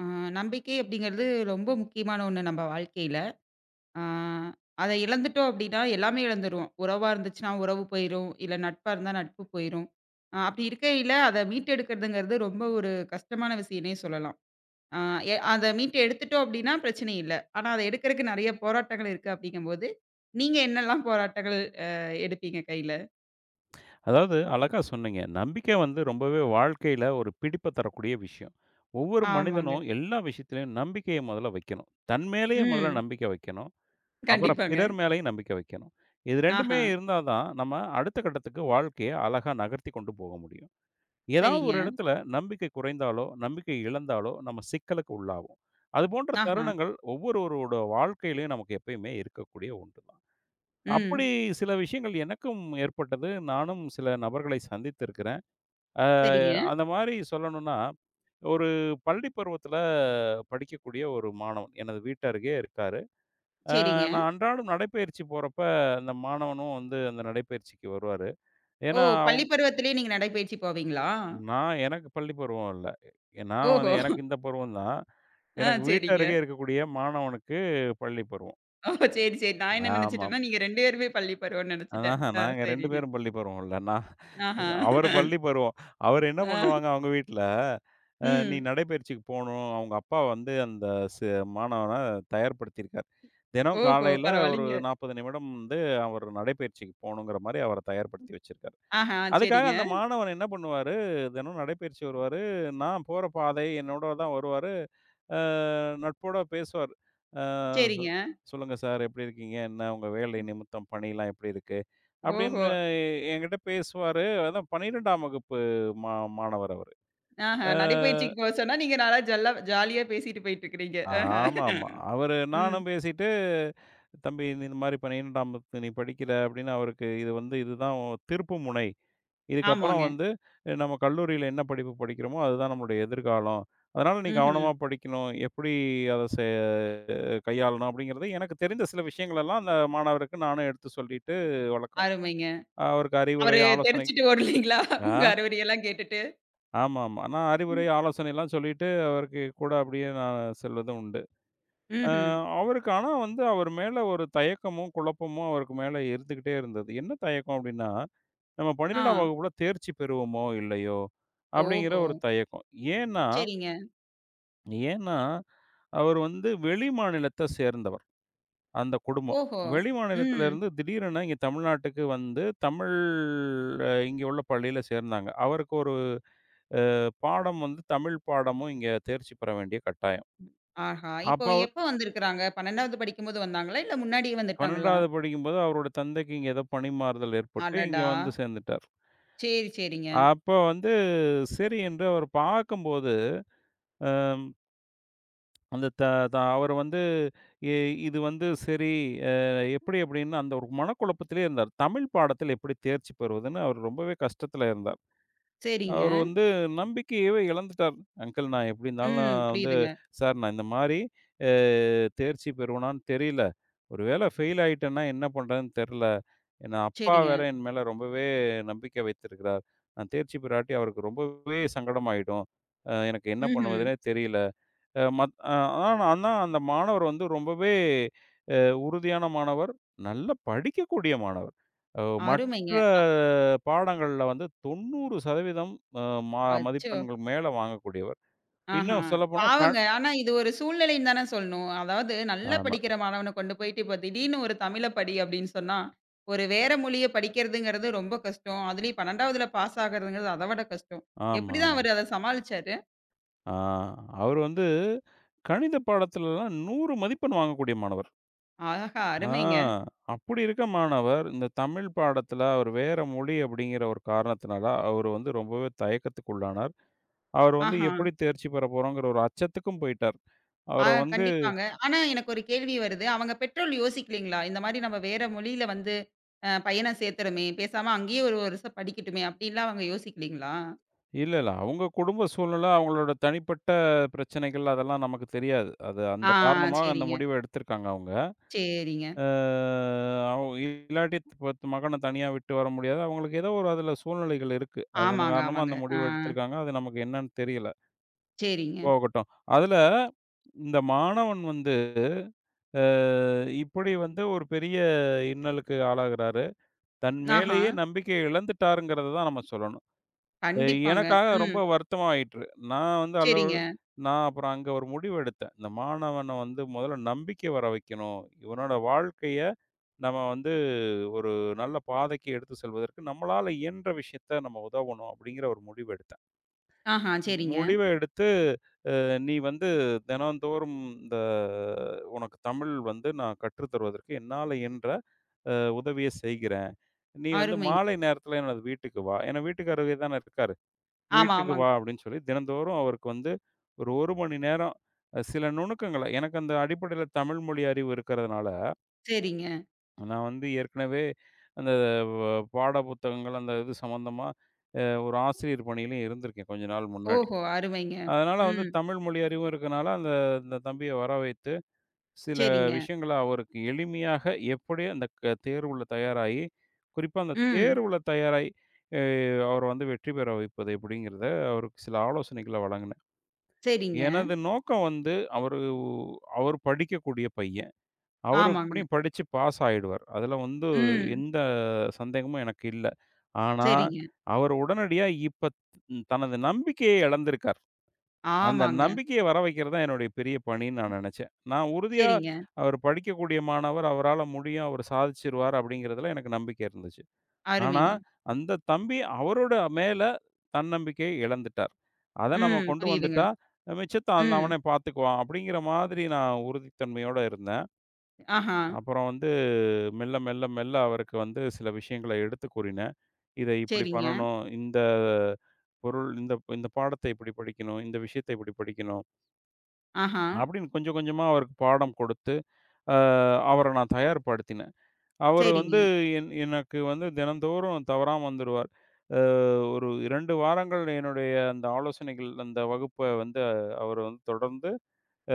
ஆ நம்பிக்கை அப்படிங்கிறது ரொம்ப முக்கியமான ஒண்ணு நம்ம வாழ்க்கையில. ஆ அத இழந்துட்டோம் அப்படின்னா, எல்லாமே இழந்துருவோம். உறவா இருந்துச்சுன்னா, உறவு போயிரும். இல்ல நட்பா இருந்தா நட்பு போயிரும். அப்படி இருக்கையில அத மீட்டெடுக்கிறதுங்கிறது ரொம்ப ஒரு கஷ்டமான விஷயம்னே சொல்லலாம். ஆ அத மீட்டு எடுத்துட்டோம் அப்படின்னா பிரச்சனை இல்ல. ஆனா அத எடுக்கிறக்கு நெறைய போராட்டங்கள் இருக்கு அப்படிங்கும்போது, நீங்க என்னெல்லாம் போராட்டங்கள் அ எடுப்பீங்க கையில? அதாவது அழகா சொன்னீங்க. நம்பிக்கை வந்து ரொம்பவே வாழ்க்கையில ஒரு பிடிப்ப தரக்கூடிய விஷயம். ஒவ்வொரு ஆமாங்க. மனிதனும் எல்லா விஷயத்திலயும் நம்பிக்கைய முதல்ல வைக்கணும். தன் மேலேயே முதல்ல ம். நம்பிக்கை வைக்கணும். அப்புறம் கண்டிப்பாங்க. பிறர் மேலேயும் நம்பிக்கை வைக்கணும். இது 2மே ஆஹா. இருந்தா தான் நம்ம அடுத்த கட்டத்துக்கு வாழ்க்கைய அழகா நகர்த்தி கொண்டு போக முடியும். ஏதாவது ஒரு சரிங்க. இடத்துல நம்பிக்கை குறைந்தாலோ, நம்பிக்கை இழந்தாலோ நம்ம சிக்கலுக்கு உள்ளாவோம். அது போன்ற ஆஹா. தருணங்கள் ஒவ்வொருவரோட வாழ்க்கையிலயும் நமக்கு எப்பயுமே இருக்கக்கூடிய ஒன்று தான். அப்படி ம். சில விஷயங்கள் எனக்கும் ஏற்பட்டது. நானும் சில நபர்களை சந்தித்திருக்கிறேன். அ சரிங்க. அந்த மாரி சொல்லணும்னா, ஒரு பள்ளி பருவத்தில படிக்கக்கூடிய ஒரு மாணவன் எனது வீட்டு அருகே இருக்காரு. அ சரிங்க. நான் அன்றாடம் நடைப்பயிற்சி போறப்ப, அந்த மாணவனும் வந்து அந்த நடைப்பயிற்சிக்கு வருவாரு. ஓ! ஏன்னா, பள்ளி பருவத்திலேயே நீங்க நடைப்பயிற்சி போவீங்களா? நான் எனக்கு பள்ளி பருவம் இல்ல. நான் வந்து ஓஹோ! எனக்கு இந்த பருவம் தான். ஆ எனக்கு வீட்டு சரிங்க. அருகே இருக்கக்கூடிய மாணவனுக்கு பள்ளி பருவம். ஓ சரி, சரி. நான் என்ன ஆமாம். நெனச்சுட்டேன்னா, நீங்க 2 பேருமே பள்ளி பருவம்ன்னு நெனச்சுட்டேன். ஆ நாங்க 2 சரிங்க. பேரும் பள்ளி பருவம் இல்ல. நான் ஆஹா. அவரு பள்ளி பருவம். அவரு என்ன ஆ. பண்ணுவாங்க அவங்க வீட்ல, நீ ம். நடைப்பயிற்சிக்கு போணும். அவங்க அப்பா வந்து அந்த சி மாணவன தயார்படுத்தியிருக்கார். தினம் ஓஹோ! காலையில ஒரு பரவாயில்லைங்க. 40 நிமிடம் வந்து அவர் நடைப்பயிற்சிக்கு போணுங்கிற மாரி அவர தயார்படுத்தி வச்சிருக்கார். ஆஹா. அதுக்காக சரிங்க, அந்த மாணவன் என்ன பண்ணுவாரு, தினம் நடைப்பயிற்சி வருவாரு. நான் போற பாதை என்னோட தான் வருவாரு. அ நட்போட பேசுவாரு. அ சொ சரிங்க. "சொல்லுங்க சார் எப்படி இருக்கீங்க? என்ன உங்க வேலை நிமித்தம் பணிலாம் எப்படி இருக்கு?" ஓஹோ! அப்படின்னு என்கிட்ட பேசுவாரு. அதான் 12ஆம் வகுப்பு மா மாணவர் அவரு. ஆஹா. அ. நடைப்பயிற்சிக்கு போ சொன்னா, நீங்க நல்லா ஜல்லா ஜாலியா பேசிட்டு போயிட்டுருக்கிறீங்க. ஆஹா. ஆமாமா. அவரு ம். நானும் பேசிட்டு, "தம்பி நீ இந்த மாரி பன்னிரண்டாம் வகுப்பு நீ படிக்கிற" அப்படின்னு அவருக்கு இது வந்து இதுதான் உன் திருப்பு முனை. இதுக்கப்புறம் ஆமாங்க. வந்து நம்ம கல்லூரியில என்ன படிப்பு படிக்கிறோமோ, அதுதான் நம்மளுடைய எதிர்காலம். அதனால நீ ம்ஹ்ம். கவனமா படிக்கணும். எப்படி அத செ கையாளணும் அப்படிங்கிறது எனக்கு தெரிந்த சில விஷயங்கள் எல்லாம் அந்த மாணவருக்கு நானும் எடுத்து சொல்லிட்டு வழக்கம். அருமைங்க. அவருக்கு அறிவுரை, அவரு ஆலோசனை தெரிச்சுட்டு ஓடலீங்களா? உங்க ஆ அறிவுரையெல்லாம் கேட்டுட்டு. ஆமாமா. நான் அறிவுரை, ம். ஆலோசனைலாம் சொல்லிட்டு அவருக்கு கூட அப்படியே நான் செல்வதும் உண்டு. அ ம்ஹ்ம். அவருக்கு ஆனா வந்து அவர் மேல ஒரு தயக்கமும், குழப்பமும் அவருக்கு மேல இருந்துகிட்டே இருந்தது. என்ன தயக்கம் அப்டின்னா, நம்ம ஆ. 12ஆம் வகுப்புல தேர்ச்சி பெறுவோமோ, இல்லையோ அப்டிங்கிற ஓஹோ! ஒரு தயக்கம். ஏன்னா சரிங்க. ஏன்னா அவர் வந்து வெளிமாநிலத்த சேர்ந்தவர், அந்த குடும்பம். ஓஹோ! ம். வெளிமாநிலத்திலிருந்து திடீரென இங்க தமிழ்நாட்டுக்கு வந்து தமிழ் இங்க உள்ள பள்ளியில சேர்ந்தாங்க. அவருக்கு ஒரு பாடம் வந்து தமிழ் பாடமும் இங்க தேர்ச்சி பெற வேண்டிய கட்டாயம். ஆஹா! இப்போ அப்ப எப்ப வந்திருக்கிறாங்க? 12வது படிக்கும்போது வந்தாங்களா? இல்ல முன்னாடியே வந்துட்டாங்களா? 12வது படிக்கும்போது அவரோட தந்தைக்கு இங்க ஏதோ பணிமாறுதல் ஏற்பட்டு, இங்க அடடா! வந்து சேர்ந்துட்டார். சரி, சரிங்க. அப்ப வந்து சரி என்று அவர் பார்க்கும்போது, அ அந்த த த அவர் வந்து எ இது வந்து சரி அ எப்படி அப்படின்னு அந்த ஒரு மனக்குழப்பத்திலே இருந்தார். தமிழ் பாடத்தில் எப்படி தேர்ச்சி பெறுவதுன்னு அவர் ரொம்பவே கஷ்டத்தில இருந்தார். சரிங்க. அவரு வந்து நம்பிக்கையவே இழந்துட்டார். "அங்கிள் நான் எப்படி இருந்தாலும் ம். நான் வந்து புரியுதுங்க. சார் நான் இந்த மாரி அ தேர்ச்சி பெறுவனான்னு தெரியல. ஒரு வேளை ஃபெயில் ஆயிட்டேன்னா என்ன பண்றதுன்னு தெர்ல. ஏன்னா அப்பா சரிங்க. வேற என் மேல ரொம்பவே நம்பிக்கை வைத்திருக்கிறார். நான் தேர்ச்சி பெறாட்டி அவருக்கு ரொம்பவே சங்கடமாயிடும். எனக்கு என்ன ம்ஹ்ம். பண்ணுவதுன்னே தெரியல." அ மத் அ ஆனா ஆனா அந்த மாணவர் வந்து ரொம்பவே அ உறுதியான மாணவர். நல்லா படிக்கக்கூடிய மாணவர். அ மற்ற அருமைங்க. அ பாடங்கள்ல வந்து 90% அ ம அச்சோ! மதிப்பெண்கள் மேல வாங்கக்கூடியவர். ஆஹா! இன்னும் சொல்லப்போனா க பாவங்க. ஆனா இது ஒரு சூழ்நிலைன்னு தானே சொல்லணும். அதாவது நல்லா ஆமா, படிக்கிற மாணவன கொண்டு போயிட்டு இப்போ திடீர்னு ஒரு தமிழ படி அப்படின்னு சொன்னா, ஒரு வேற மொழிய படிக்கிறதுங்கிறது ரொம்ப கஷ்டம். அதுலயும் 12வதுல பாஸ் ஆகுறதுங்கிறது அத விட கஷ்டம். ஆமா, எப்படிதான் ஆமா. அவரு அத சமாளிச்சாரு? ஆ அவர் வந்து கணித பாடத்துலலாம் 100 மதிப்பெண் வாங்கக்கூடிய மாணவர். ஆஹா! ஆ அருமைங்க. அப்படி இருக்க மாணவர், இந்த தமிழ் பாடத்துல அவர் வேற மொழி அப்படிங்கிற ஒரு காரணத்தினால, அவர் வந்து ரொம்பவே தயக்கத்துக்குள்ளானார். அவர் வந்து ஆஹா! எப்படி தேர்ச்சி பெற போறோங்கிற ஒரு அச்சத்துக்கும் போயிட்டார். ஆ அவர வந்து கண்டிப்பாங்க. ஆனா எனக்கு ஒரு கேள்வி வருது. அவங்க பெற்றோர் யோசிக்கலீங்களா? இந்த மாரி நம்ம வேற மொழியில வந்து பையன சேர்த்துறோமே, பேசாம அங்கேயே ஒரு வருஷம் படிக்கட்டுமே அப்படின்லாம் அவங்க யோசிக்கலீங்களா? இல்ல, இல்ல. அவங்க குடும்ப சூழ்நிலை, அவங்களோட தனிப்பட்ட பிரச்சனைகள் அதெல்லாம் நமக்கு தெரியாது. அது அந்த ஆ காரணமா அந்த சரிங்க, முடிவ எடுத்திருக்காங்க அவங்க. சரிங்க. அ அவ் இல்லாட்டி பத்து மகன தனியா விட்டு வர முடியாது. அவங்களுக்கு ஏதோ ஒரு அதில சூழ்நிலைகள் இருக்கு. அதன் ஆமாங்க, காரணமா ஆமாங்க. அந்த ஆ முடிவு எடுத்திருக்காங்க. அது நமக்கு என்னன்னு தெரியல. சரிங்க. போகட்டும். அதில இந்த மாணவன் வந்து அ இப்படி வந்து ஒரு பெரிய இன்னலுக்கு ஆளாகுறாரு. தன் ஆஹா. மேலேயே நம்பிக்கைய இழந்துட்டாருங்கிறத தான் நம்ம சொல்லணும். அ கண்டிப்பாங்க. எனக்காக ம். ரொம்ப வருத்தமா ஆயிற்று. நான் வந்து அலோ சரிங்க. நான் அப்புறம் அங்க ஒரு முடிவு எடுத்தேன். இந்த மாணவன வந்து முதல்ல நம்பிக்கை வர வைக்கணும். இவனோட வாழ்க்கைய நம்ம வந்து ஒரு நல்ல பாதைக்கு எடுத்து செல்வதற்கு நம்மளால இயன்ற விஷயத்த நம்ம உதவணும் அப்படிங்கிற ஒரு முடிவு எடுத்தேன். ஆஹா, சரிங்க. முடிவ எடுத்து நீ வந்து தினந்தோறும் இந்த உனக்கு தமிழ் வந்து நான் கற்றுத் தருவதற்கு என்னால இயன்ற உதவிய செய்கிறேன். நீ வந்து அருமைங்க. மாலை நேரத்தில எனது வீட்டுக்கு வா. ஏன்னா வீட்டுக்கு அருகே தானே இருக்காரு. ஆமா, வீட்டுக்கு வா ஆமாங்க. அப்படின்னு சொல்லி தினந்தோறும் அவருக்கு வந்து ஒரு 1 மணி நேரம் சில நுணுக்கங்கள எனக்கு அந்த அடிப்படையில தமிழ் மொழி அறிவு இருக்கிறதுனால, சரிங்க. நான் வந்து ஏற்கனவே அந்த வ பாட புத்தகங்கள் அந்த இது சம்மந்தமா ஒரு ஆசிரியர் பணியிலயும் இருந்திருக்கேன் கொஞ்ச நாள் முன்னாடி. ஓஹோ! அருமைங்க. அதனால வந்து ம். தமிழ் மொழி அறிவும் இருக்கனால அந்த அந்த தம்பிய வர வை சில சரிங்க. விஷயங்கள அவருக்கு எளிமையாக எப்படி அந்த தேர்வுல தயாராகி, குறிப்பா அந்த ம். தேர்வுல தயாராகி அவர வந்து வெற்றி பெற வைப்பது எப்படிங்கிறத அவருக்கு சில ஆலோசனைகள வழங்குனேன். சரிங்க. எனது நோக்கம் வந்து அவர் படிக்கக்கூடிய பையன். அவரு ஆமாங்க. எப்படியும் படிச்சு பாஸ் ஆயிடுவார். அதுல வந்து ம். எந்த சந்தேகமும் எனக்கு இல்ல. ஆனா, சரிங்க. அவர் உடனடியா இப்ப தனது நம்பிக்கையை இழந்திருக்கார். அந்த ஆமாங்க. நம்பிக்கைய வர வைக்கிறது தான் என்னுடைய பெரிய பணின்னு நான் நெனச்சேன். நான் உறுதியா சரிங்க. அவர் படிக்கக்கூடிய மாணவர், அவரால முடியும், அவர் சாதிச்சுருவார் அப்படிங்கிறதுல எனக்கு நம்பிக்கை இருந்துச்சு. ஆனா, அருமைங்க. அந்த தம்பி அவரோட மேல தன்னம்பிக்கையை இழந்துட்டார். அத நம்ம ம். கொண்டு புரியுதுங்க. வந்துட்டா, மிச்சத்த அவன் ம். அவனே பார்த்துக்குவான் அப்படிங்கிற மாதிரி நான் உறுதித்தன்மையோட இருந்தேன். ஆஹா. அப்புறம் வந்து மெல்ல, மெல்ல, மெல்ல அவருக்கு வந்து சில விஷயங்கள எடுத்து கூறினேன். இத இப்படி சரிங்க. பண்ணணும். பொருள் இந்த இந்த பாடத்த இப்படி படிக்கணும். இந்த விஷயத்த இப்படி படிக்கணும். ஆஹா. அப்படின்னு கொஞ்சம் கொஞ்சமா அவருக்கு பாடம் கொடுத்து, அ அவர நான் தயார்படுத்தினேன். அவரு சரிங்க. வந்து எனக்கு வந்து தினந்தோறும் தவறாம வந்துருவார். அ ஒரு 2 வாரங்கள் என்னுடைய அந்த ஆலோசனைகள், அந்த வகுப்ப வந்து அவரு வந்து தொடர்ந்து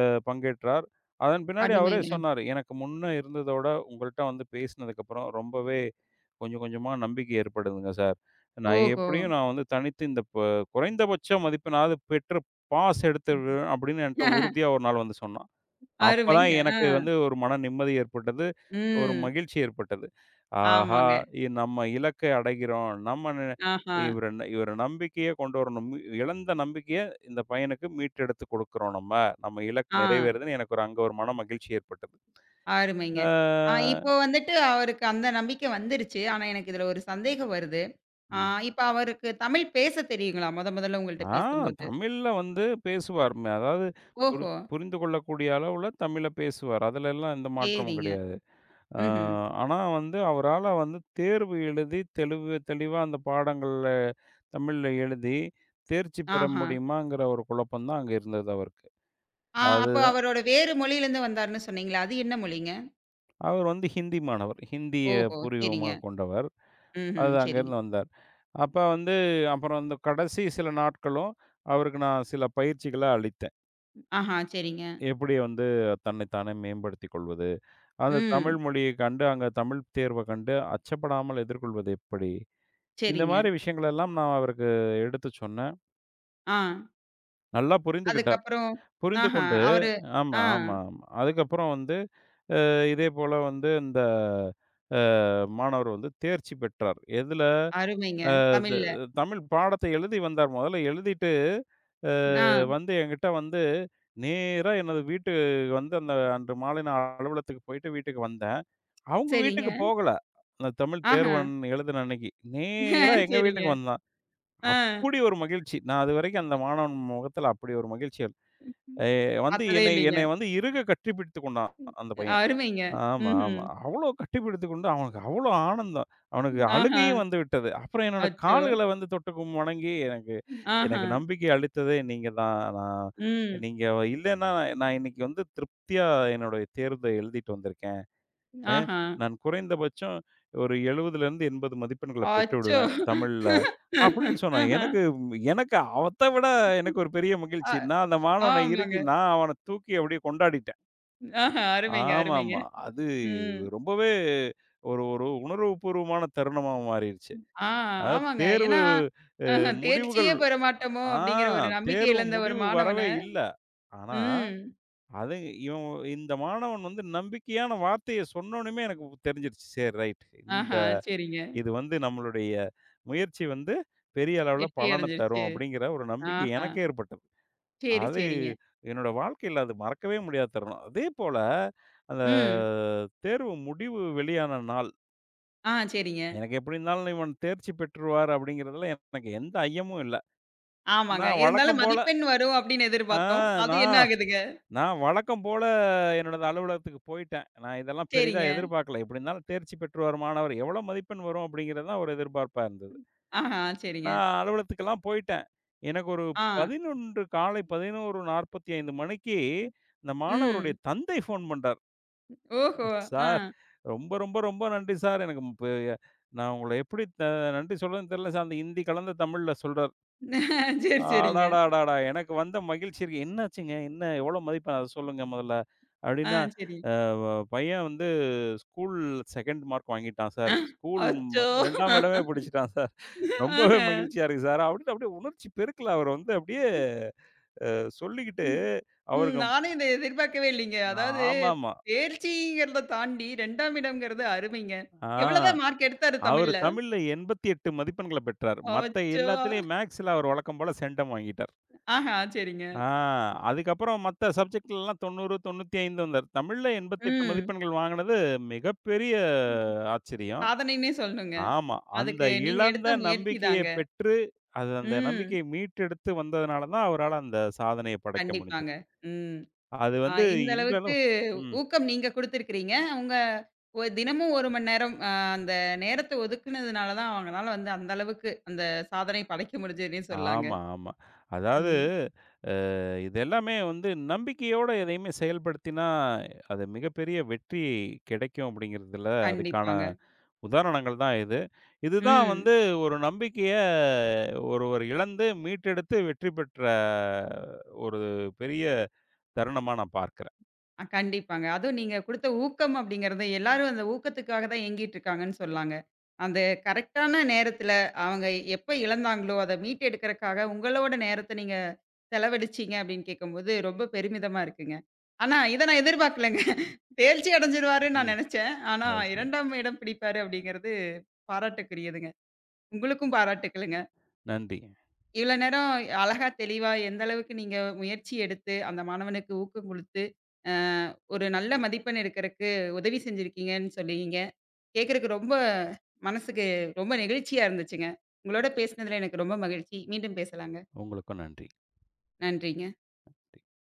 அ பங்கேற்றார். அதன் பின்னாடி அவரே அருமைங்க. சொன்னாரு, "எனக்கு முன்ன இருந்ததோட உங்கள்ட்ட வந்து பேசினதுக்கப்புறம் ரொம்பவே கொஞ்சம் கொஞ்சமா நம்பிக்கை ஏற்படுதுங்க சார். ஓஹோ! நான் வந்து தனித்து இந்த குறைந்தபட்ச மதிப்பெண்ணாவது பெற்று பாஸ் எடுத்துருவேன்" அப்படின்னு என்ட்ட உறுதியா ஒரு நாள் வந்து சொன்னான். அப்பதான் அருமைங்க. ஆ. எனக்கு வந்து ஒரு மன நிம்மதி ஏற்பட்டது. ஒரு ம். மகிழ்ச்சி ஏற்பட்டது. ஆஹா! ஆமாங்க. நம்ம இலக்கை அடைகிறோம். நம்ம ந ஆஹா. இவர ந- இவர நம்பிக்கைய கொண்டு வரணும். இழந்த நம்பிக்கைய இந்த பையனுக்கு மீட்டெடுத்து குடுக்குறோம் நம்ம. நம்ம இலக்கு ஆ. நிறைவேறுதுன்னு எனக்கு ஒரு அங்க ஒரு மன மகிழ்ச்சி ஏற்பட்டது. அருமைங்க. ஆ ஆ. இப்போ வந்துட்டு அவருக்கு அந்த நம்பிக்கை வந்துருச்சு. ஆனா, எனக்கு இதுல ஒரு சந்தேகம் வருது. ஆ ம். இப்ப அவருக்கு தமிழ் பேச தெரியுங்களா? மொதல்ல உங்கள்ட்ட ஆ பேசும்போது? தமிழ்ல வந்து பேசுவார். அதாவது புரி ஓஹோ! புரிந்து கொள்ளக்கூடிய அளவுல தமிழ பேசுவார். அதுலலாம் எந்த மாற்றமும் சரிங்க. கிடையாது. அ ம்ஹ்ம். ஆனா வந்து அவரால வந்து தேர்வு எழுதி தெளிவு தெளிவா அந்த பாடங்கள்ல தமிழ்ல எழுதி தேர்ச்சி பெற ஆஹா. முடியுமாங்கிற ஒரு குழப்பம் தான் அங்க இருந்தது அவருக்கு. ஆ அப்ப அதுதான் அவரோட வேறு மொழியிலருந்து வந்தாருன்னு சொன்னீங்களே, அது என்ன மொழிங்க? அவர் வந்து ஹிந்தி மாணவர். ஹிந்திய ஓஹோ! பூர்வீகமா சரிங்க. கொண்டவர். ம்ஹ்ம். அது சரிங்க. அங்கேருந்து வந்தார். அப்ப வந்து அப்புறம் அந்த கடைசி சில நாட்களும் அவருக்கு நான் சில பயிற்சிகள அளித்தேன். ஆஹா. சரிங்க. எப்படி வந்து தன்னைத்தானே மேம்படுத்திக் கொள்வது? அந்த ம். தமிழ் மொழியைக் கண்டு, அங்க தமிழ் தேர்வ கண்டு அச்சப்படாமல் எதிர்கொள்வது எப்படி? இந்த சரிங்க. மாரி விஷயங்கள் எல்லாம் நான் அவருக்கு எடுத்து சொன்னேன். ஆ. நல்லா புரிந்துகிட்டார். அதுக்கப்புறம் ஆஹா. புரிந்துகொண்டு அவரு ஆமா, ஆ ஆமா, ஆமா. அதுக்கப்புறம் வந்து அ இதேபோல வந்து இந்த அ மாணவர் வந்து தேர்ச்சி பெற்றார். எதுல? அருமைங்க. அ த தமிழ்ல. தமிழ் பாடத்தை எழுதி வந்தார். முதல்ல எழுதிட்டு ஆ வந்து என்கிட்ட வந்து நேரா எனது வீட்டு வந்து அந்த அன்று மாலை நான் அலுவலகத்துக்கு போயிட்டு வீட்டுக்கு வந்தேன். அவங்க சரிங்க. வீட்டுக்கு போகல. அந்த தமிழ் ஆஹா. தேர்வன் எழுதின அன்னைக்கு. நேரா எங்க சரிங்க. வீட்டுக்கு வந்தான். ஆ. அப்படி ஒரு மகிழ்ச்சி. நான் அதுவரைக்கும் அந்த மாணவன் முகத்துல அப்படி ஒரு மகிழ்ச்சிகள். எ வந்து பார்த்ததே என்னை இல்லைங்க. என்னை வந்து இறுக கட்டிப்பிடித்துக் கொண்டான் அந்த பையன். அருமைங்க. ஆமா, ம்ஹ்ம். ஆமா. அவ்வளோ கட்டிப்பிடித்துக் கொண்டு அவனுக்கு அவ்வளோ ஆனந்தம். அவனுக்கு ஆஹா. அழுகையும் வந்து விட்டது. அப்புறம் என்னோட அச்சோ! கால்கள வந்து தொட்டு கும் வணங்கி எனக்கு ஆஹா. எனக்கு நம்பிக்கை அளித்ததே நீங்க தான். நான் ம். நீங்க இல்லன்னா நான் இன்னைக்கு வந்து திருப்தியா என்னுடைய தேர்த எழுதிட்டு வந்திருக்கேன். அ ஆஹா. நான் குறைந்தபட்சம் ஒரு 70லேருந்து 80 மதிப்பெண்கள பெற்று அச்சோ! விடுவேன் தமிழ்ல. அப்படின்னு சொன்னான். ஆஹா. எனக்கு எனக்கு அவத்த விட எனக்கு ஒரு பெரிய அ மகிழ்ச்சி. நான் அந்த மாணவன ஆமாங்க. இறுக்கி நான் அவன தூக்கி அப்படியே கொண்டாடிட்டேன். ஆஹா. அருமைங்க, அருமைங்க. ஆமாமா. அது ம். ரொம்பவே ஒரு ஒரு உணர்வுபூர்வமான தருணமா மாறிருச்சு. ஆ அதாவது ஆமாங்க. தேர்வு ஏன்னா, அ தேர்ச்சியே முடிவுகள் பெற மாட்டோமோ! ஆ அப்படிங்கிற ஒரு நம்பிக்கை தேர்வு இழந்த ஒரு முடிவு மாணவன வரவே இல்ல. ஆனா, ம். அது இவன் இந்த மாணவன் வந்து நம்பிக்கையான வார்த்தைய சொன்னோனமே எனக்கு தெரிஞ்சிருச்சு. சரி ரைட். ஆஹா! சரிங்க. இது வந்து நம்மளுடைய முயற்சி வந்து பெரிய அளவுல வெற்றி பலன தரும் அடைஞ்சிருச்சு. அப்படிங்கிற ஒரு நம்பிக்கை ஆஹா! எனக்கு ஏற்பட்டது. சரி, அது சரிங்க. என்னோட வாழ்க்கையில அது மறக்கவே முடியாத தருணம். அதே போல அந்த ம். தேர்வு முடிவு வெளியான நாள், ஆ சரிங்க. எனக்கு எப்படி இருந்தாலும் இவன் தேர்ச்சி பெற்றுருவார் அப்படிங்கிறதுல எனக்கு எந்த ஐயமும் இல்ல. ஆமாங்க. நான் இருந்தாலும் வழக்கம் போல மதிப்பெண் வரும் அப்படின்னு ஆ எதிர்பார்த்தோம். அது என்ன நான் ஆகுதுங்க? நான் வழக்கம் போல என்னோட அலுவலகத்துக்கு போயிட்டேன். நான் இதெல்லாம் பெரிதா சரிங்க. எதிர்பார்க்கல. எப்படி இருந்தாலும் தேர்ச்சி பெற்றுவார் மாணவர், எவ்வளோ மதிப்பெண் வரும் அப்படிங்கிறது தான் ஒரு எதிர்பார்ப்பா இருந்தது. ஆஹா! சரிங்க. நான் அலுவலகத்துக்கெல்லாம் போயிட்டேன். எனக்கு ஒரு ஆ. 11 காலை 11:45 மணிக்கு, இந்த மாணவருடைய ம். தந்தை ஃபோன் பண்றார். ஓஹோ! ஆ. "சார், ரொம்ப ரொம்ப ரொம்ப நன்றி சார். எனக்கு ப நான் உங்கள எப்படி த நன்றி சொல்றதுன்னு தெரியல சார்." அந்த ஹிந்தி கலந்த தமிழ்ல சொல்றார். சரி, சரிங்க. அடாடாடாடா! எனக்கு வந்த மகிழ்ச்சி இருக்கு. "என்னாச்சுங்க? என்ன எவ்வளோ மதிப்பெண்? அத சொல்லுங்க முதல்ல." ஆ அப்படின்னா, சரி. "அ வ "பையன் வந்து ஸ்கூல் 2ண்ட் மார்க் வாங்கிட்டான் சார். ஸ்கூல் அச்சோ! 2ஆம் இடமே பிடிச்சிட்டான் சார்." ஆஹ. ரொம்பவே மகிழ்ச்சியா இருக்கு சார். அப்படின்னு அப்படியே உணர்ச்சி பெருக்கல அவர் வந்து அப்படியே சொல்லிக்கிட்டு ம். அவருக்கு நானும் இத எதிர்பார்க்கவே இல்லைங்க. அதாவது ஆமாமா. தேர்ச்சிங்கிறத தாண்டி 2ஆம் இடம்ங்கிறது அருமைங்க. ஆ எவ்வளோதான் மார்க் எடுத்தாரு அவரு தமிழ்ல? தமிழ்ல 88 மதிப்பெண்கள பெற்றார். மத்த அச்சோ! எல்லாத்துலயும் மேக்ஸ்ல அவர் வழக்கம் போல சென்டம் வாங்கிட்டார். ஆஹா! சரிங்க. ஆ அதுக்கப்புறம் மத்த சப்ஜெக்ட்லலாம் 90, 95 வந்தார். தமிழ்ல 88 ம். மதிப்பெண்கள் வாங்கினது மிகப்பெரிய ஆச்சரியம். சாதனைன்னே சொல்லணுங்க. ஆமா. அந்த அதுக்கு நீங்க இழந்த எடுத்த முயற்சி நம்பிக்கைய தாங்க. பெற்று, அது அந்த ம். நம்பிக்கையை மீட்டெடுத்து வந்ததுனால தான் அவரால அந்த சாதனைய படைக்க முடிஞ்சது. கண்டிப்பாங்க. ம். அது ஆ வந்து இந்த அளவுக்கு இன்றளவு ம். ஊக்கம் நீங்க குடுத்துருக்கிறீங்க. உங்க தினமும் 1 மணி நேரம் அந்த நேரத்த ஒதுக்குனதுனால தான் அவங்கனால வந்து அந்த அளவுக்கு அந்த சாதனை படைக்க முடிஞ்சதுன்னே சொல்லாங்க. ஆமா, ஆமா. அதாவது ம். இது எல்லாமே வந்து நம்பிக்கையோட எதையுமே செயல்படுத்தினா, அது மிகப்பெரிய வெற்றி கிடைக்கும் அப்படிங்கிறதுல அதுக்கான கண்டிப்பாங்க. உதாரணங்கள் தான் இது. இதுதான் ம். வந்து ஒரு நம்பிக்கைய ஒருவர் இழந்து மீட்டெடுத்து வெற்றி பெற்ற ஒரு பெரிய தருணமா நான் பார்க்கிறேன். அ கண்டிப்பாங்க. அதுவும் நீங்க குடுத்த ஊக்கம் அப்படிங்கிறது எல்லாரும் அந்த ஊக்கத்துக்காக தான் ஏங்கிட்டு இருக்காங்கன்னு சொல்லாங்க. அந்த கரெக்ட்டான நேரத்துல அவங்க எப்ப இழந்தாங்களோ, அத மீட்டெடுக்கறக்காக உங்களோட நேரத்த நீங்க செலவழிச்சீங்க அப்படின்னு கேட்கும்போது ரொம்ப பெருமிதமா இருக்குங்க. ஆனா இத நான் எதிர்பார்க்கலங்க. தேர்ச்சி அடைஞ்சிருவாருன்னு நான் ம். நெனச்சேன். ஆனா அது சரி. 2ஆம் இடம் பிடிப்பாரு அப்படிங்கிறது பாராட்டுக்குரியதுங்க. உங்களுக்கும் பாராட்டுக்களுங்க. நன்றி. இவ்வளோ நேரம் அழகா தெளிவா எந்த அளவுக்கு நீங்க முயற்சி எடுத்து, அந்த மாணவனுக்கு ஊக்கம் குடுத்து, அ ஒரு நல்ல மதிப்பெண் எடுக்கறக்கு உதவி செஞ்சிருக்கீங்கன்னு சொன்னீங்க. கேட்கறக்கு ரொம்ப மனசுக்கு ரொம்ப நெகிழ்ச்சியா இருந்துச்சுங்க. உங்களோட பேசினதுல எனக்கு ரொம்ப மகிழ்ச்சி. மீண்டும் பேசலாங்க. உங்களுக்கும் நன்றி. நன்றிங்க.